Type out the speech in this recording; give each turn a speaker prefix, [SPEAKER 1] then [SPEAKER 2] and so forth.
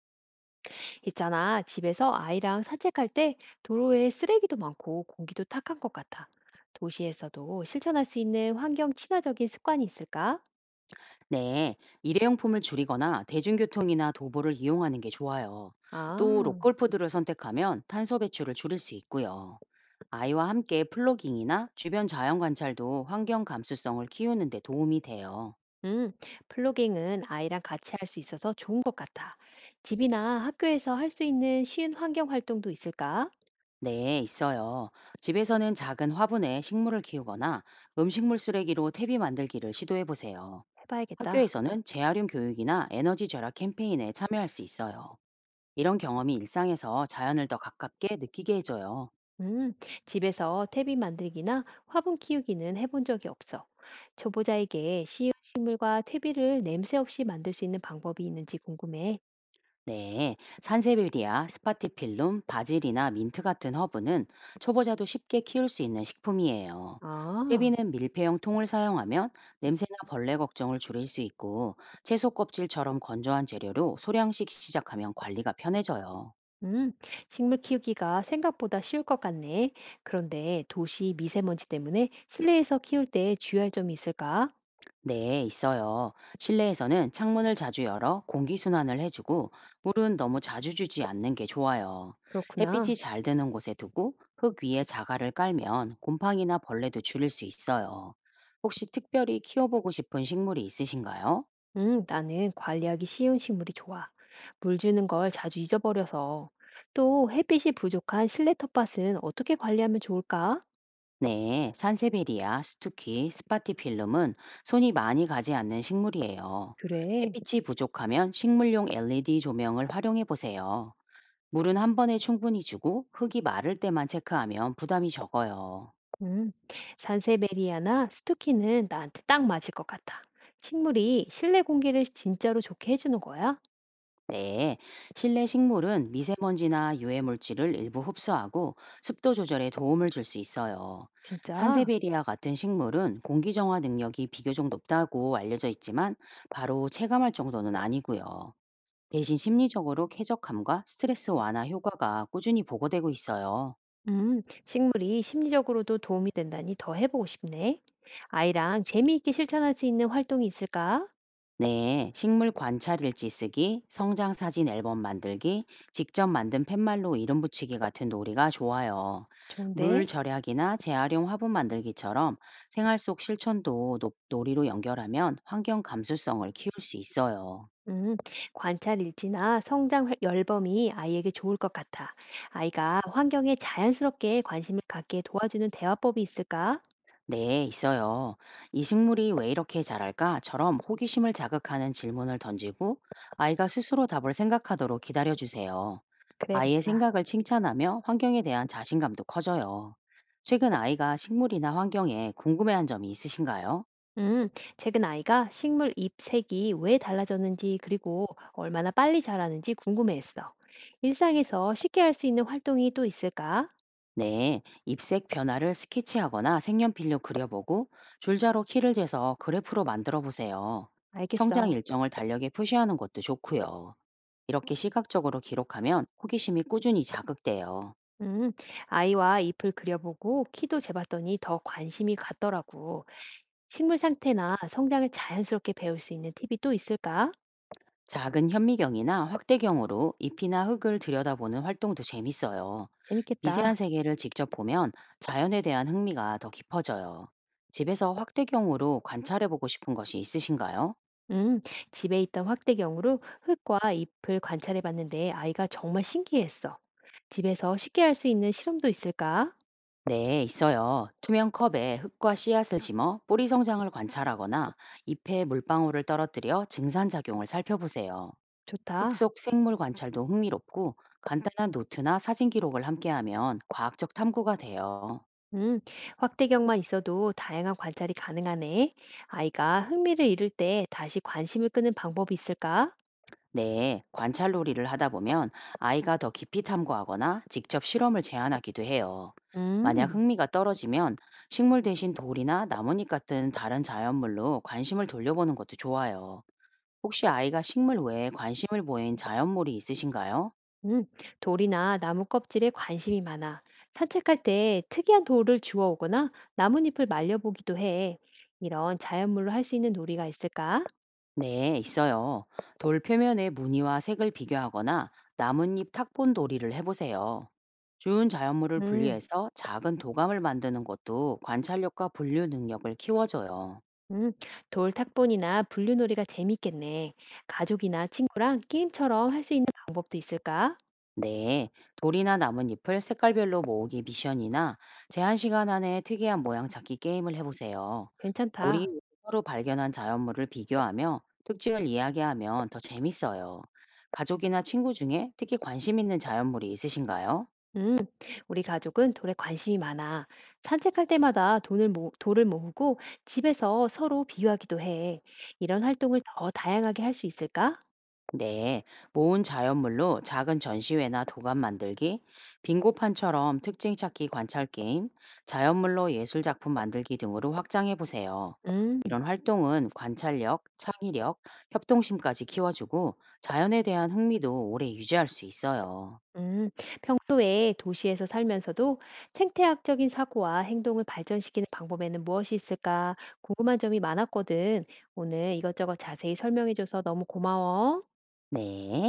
[SPEAKER 1] 있잖아, 집에서 아이랑 산책할 때 도로에 쓰레기도 많고 공기도 탁한 것 같아. 도시에서도 실천할 수 있는 환경 친화적인 습관이 있을까?
[SPEAKER 2] 네, 일회용품을 줄이거나 대중교통이나 도보를 이용하는 게 좋아요. 또
[SPEAKER 1] 아,
[SPEAKER 2] 로컬푸드를 선택하면 탄소 배출을 줄일 수 있고요. 아이와 함께 플로깅이나 주변 자연 관찰도 환경 감수성을 키우는 데 도움이 돼요.
[SPEAKER 1] 음, 플로깅은 아이랑 같이 할 수 있어서 좋은 것 같아. 집이나 학교에서 할 수 있는 쉬운 환경 활동도 있을까?
[SPEAKER 2] 네, 있어요. 집에서는 작은 화분에 식물을 키우거나 음식물 쓰레기로 퇴비 만들기를 시도해 보세요.
[SPEAKER 1] 해봐야겠다.
[SPEAKER 2] 학교에서는 재활용 교육이나 에너지 절약 캠페인에 참여할 수 있어요. 이런 경험이 일상에서 자연을 더 가깝게 느끼게 해줘요.
[SPEAKER 1] 음, 집에서 퇴비 만들기나 화분 키우기는 해본 적이 없어. 초보자에게 쉬운 식물과 퇴비를 냄새 없이 만들 수 있는 방법이 있는지 궁금해.
[SPEAKER 2] 네, 산세베리아, 스파티필름, 바질이나 민트 같은 허브는 초보자도 쉽게 키울 수 있는 식품이에요.
[SPEAKER 1] 아,
[SPEAKER 2] 퇴비는 밀폐형 통을 사용하면 냄새나 벌레 걱정을 줄일 수 있고 채소 껍질처럼 건조한 재료로 소량씩 시작하면 관리가 편해져요.
[SPEAKER 1] 음, 식물 키우기가 생각보다 쉬울 것 같네. 그런데 도시 미세먼지 때문에 실내에서 키울 때 주의할 점이 있을까?
[SPEAKER 2] 네, 있어요. 실내에서는 창문을 자주 열어 공기순환을 해주고, 물은 너무 자주 주지 않는 게 좋아요. 햇빛이
[SPEAKER 1] 그렇구나.
[SPEAKER 2] 잘 드는 곳에 두고, 흙 위에 자갈을 깔면 곰팡이나 벌레도 줄일 수 있어요. 혹시 특별히 키워보고 싶은 식물이 있으신가요?
[SPEAKER 1] 나는 관리하기 쉬운 식물이 좋아. 물 주는 걸 자주 잊어버려서. 또 햇빛이 부족한 실내 텃밭은 어떻게 관리하면 좋을까?
[SPEAKER 2] 네, 산세베리아, 스투키, 스파티필름은 손이 많이 가지 않는 식물이에요.
[SPEAKER 1] 그래.
[SPEAKER 2] 햇빛이 부족하면 식물용 LED 조명을 활용해 보세요. 물은 한 번에 충분히 주고 흙이 마를 때만 체크하면 부담이 적어요.
[SPEAKER 1] 음, 산세베리아나 스투키는 나한테 딱 맞을 것 같아. 식물이 실내 공기를 진짜로 좋게 해주는 거야?
[SPEAKER 2] 네, 실내 식물은 미세먼지나 유해 물질을 일부 흡수하고 습도 조절에 도움을 줄 수 있어요.
[SPEAKER 1] 진짜?
[SPEAKER 2] 산세베리아 같은 식물은 공기 정화 능력이 비교적 높다고 알려져 있지만 바로 체감할 정도는 아니고요. 대신 심리적으로 쾌적함과 스트레스 완화 효과가 꾸준히 보고되고 있어요.
[SPEAKER 1] 식물이 심리적으로도 도움이 된다니 더 해보고 싶네. 아이랑 재미있게 실천할 수 있는 활동이 있을까?
[SPEAKER 2] 네, 식물 관찰 일지 쓰기, 성장 사진 앨범 만들기, 직접 만든 팻말로 이름 붙이기 같은 놀이가 좋아요. 물
[SPEAKER 1] 좋은데.
[SPEAKER 2] 절약이나 재활용 화분 만들기처럼 생활 속 실천도 놀이로 연결하면 환경 감수성을 키울 수 있어요.
[SPEAKER 1] 음, 관찰 일지나 열범이 아이에게 좋을 것 같아. 아이가 환경에 자연스럽게 관심을 갖게 도와주는 대화법이 있을까?
[SPEAKER 2] 네, 있어요. 이 식물이 왜 이렇게 자랄까?처럼 호기심을 자극하는 질문을 던지고 아이가 스스로 답을 생각하도록 기다려주세요. 아이의
[SPEAKER 1] 그래야겠다.
[SPEAKER 2] 생각을 칭찬하며 환경에 대한 자신감도 커져요. 최근 아이가 식물이나 환경에 궁금해한 점이 있으신가요?
[SPEAKER 1] 음, 최근 아이가 식물 잎 색이 왜 달라졌는지 그리고 얼마나 빨리 자라는지 궁금해했어. 일상에서 쉽게 할 수 있는 활동이 또 있을까?
[SPEAKER 2] 네, 잎색 변화를 스케치하거나 색연필로 그려보고 줄자로 키를 재서 그래프로 만들어 보세요. 성장
[SPEAKER 1] 알겠어.
[SPEAKER 2] 일정을 달력에 표시하는 것도 좋고요. 이렇게 시각적으로 기록하면 호기심이 꾸준히 자극돼요.
[SPEAKER 1] 음, 아이와 잎을 그려보고 키도 재봤더니 더 관심이 갔더라고. 식물 상태나 성장을 자연스럽게 배울 수 있는 팁이 또 있을까?
[SPEAKER 2] 작은 현미경이나 확대경으로 잎이나 흙을 들여다보는 활동도 재밌어요. 미세한
[SPEAKER 1] 재밌겠다.
[SPEAKER 2] 세계를 직접 보면 자연에 대한 흥미가 더 깊어져요. 집에서 확대경으로 관찰해보고 싶은 것이 있으신가요?
[SPEAKER 1] 음, 집에 있던 확대경으로 흙과 잎을 관찰해봤는데 아이가 정말 신기했어. 집에서 쉽게 할 수 있는 실험도 있을까?
[SPEAKER 2] 네, 있어요. 투명 컵에 흙과 씨앗을 심어 뿌리 성장을 관찰하거나 잎에 물방울을 떨어뜨려 증산작용을 살펴보세요. 흙
[SPEAKER 1] 좋다.
[SPEAKER 2] 속 생물 관찰도 흥미롭고 간단한 노트나 사진 기록을 함께하면 과학적 탐구가 돼요.
[SPEAKER 1] 음, 확대경만 있어도 다양한 관찰이 가능하네. 아이가 흥미를 잃을 때 다시 관심을 끄는 방법이 있을까?
[SPEAKER 2] 네, 관찰놀이를 하다 보면 아이가 더 깊이 탐구하거나 직접 실험을 제안하기도 해요. 만약
[SPEAKER 1] 음.
[SPEAKER 2] 흥미가 떨어지면 식물 대신 돌이나 나뭇잎 같은 다른 자연물로 관심을 돌려보는 것도 좋아요. 혹시 아이가 식물 외에 관심을 보인 자연물이 있으신가요?
[SPEAKER 1] 음, 돌이나 나무 껍질에 관심이 많아. 산책할 때 특이한 돌을 주워오거나 나뭇잎을 말려보기도 해. 이런 자연물로 할 수 있는 놀이가 있을까?
[SPEAKER 2] 네, 있어요. 돌 표면의 무늬와 색을 비교하거나 나뭇잎 탁본 돌이를 해보세요. 주운 자연물을
[SPEAKER 1] 음,
[SPEAKER 2] 분리해서 작은 도감을 만드는 것도 관찰력과 분류 능력을 키워줘요.
[SPEAKER 1] 음, 돌 탁본이나 분류놀이가 재밌겠네. 가족이나 친구랑 게임처럼 할 수 있는 방법도 있을까?
[SPEAKER 2] 네, 돌이나 나뭇잎을 색깔별로 모으기 미션이나 제한 시간 안에 특이한 모양 찾기 게임을 해보세요.
[SPEAKER 1] 괜찮다.
[SPEAKER 2] 돌이 서로 발견한 자연물을 비교하며 특징을 이야기하면 더 재밌어요. 가족이나 친구 중에 특히 관심 있는 자연물이 있으신가요?
[SPEAKER 1] 음, 우리 가족은 돌에 관심이 많아. 산책할 때마다 돌을 모으고 집에서 서로 비유하기도 해. 이런 활동을 더 다양하게 할 수 있을까?
[SPEAKER 2] 네, 모은 자연물로 작은 전시회나 도감 만들기, 빙고판처럼 특징 찾기 관찰 게임, 자연물로 예술 작품 만들기 등으로 확장해 보세요.
[SPEAKER 1] 음.
[SPEAKER 2] 이런 활동은 관찰력, 창의력, 협동심까지 키워주고 자연에 대한 흥미도 오래 유지할 수 있어요.
[SPEAKER 1] 음, 평소에 도시에서 살면서도 생태학적인 사고와 행동을 발전시키는 방법에는 무엇이 있을까 궁금한 점이 많았거든. 오늘 이것저것 자세히 설명해줘서 너무 고마워.
[SPEAKER 2] 네.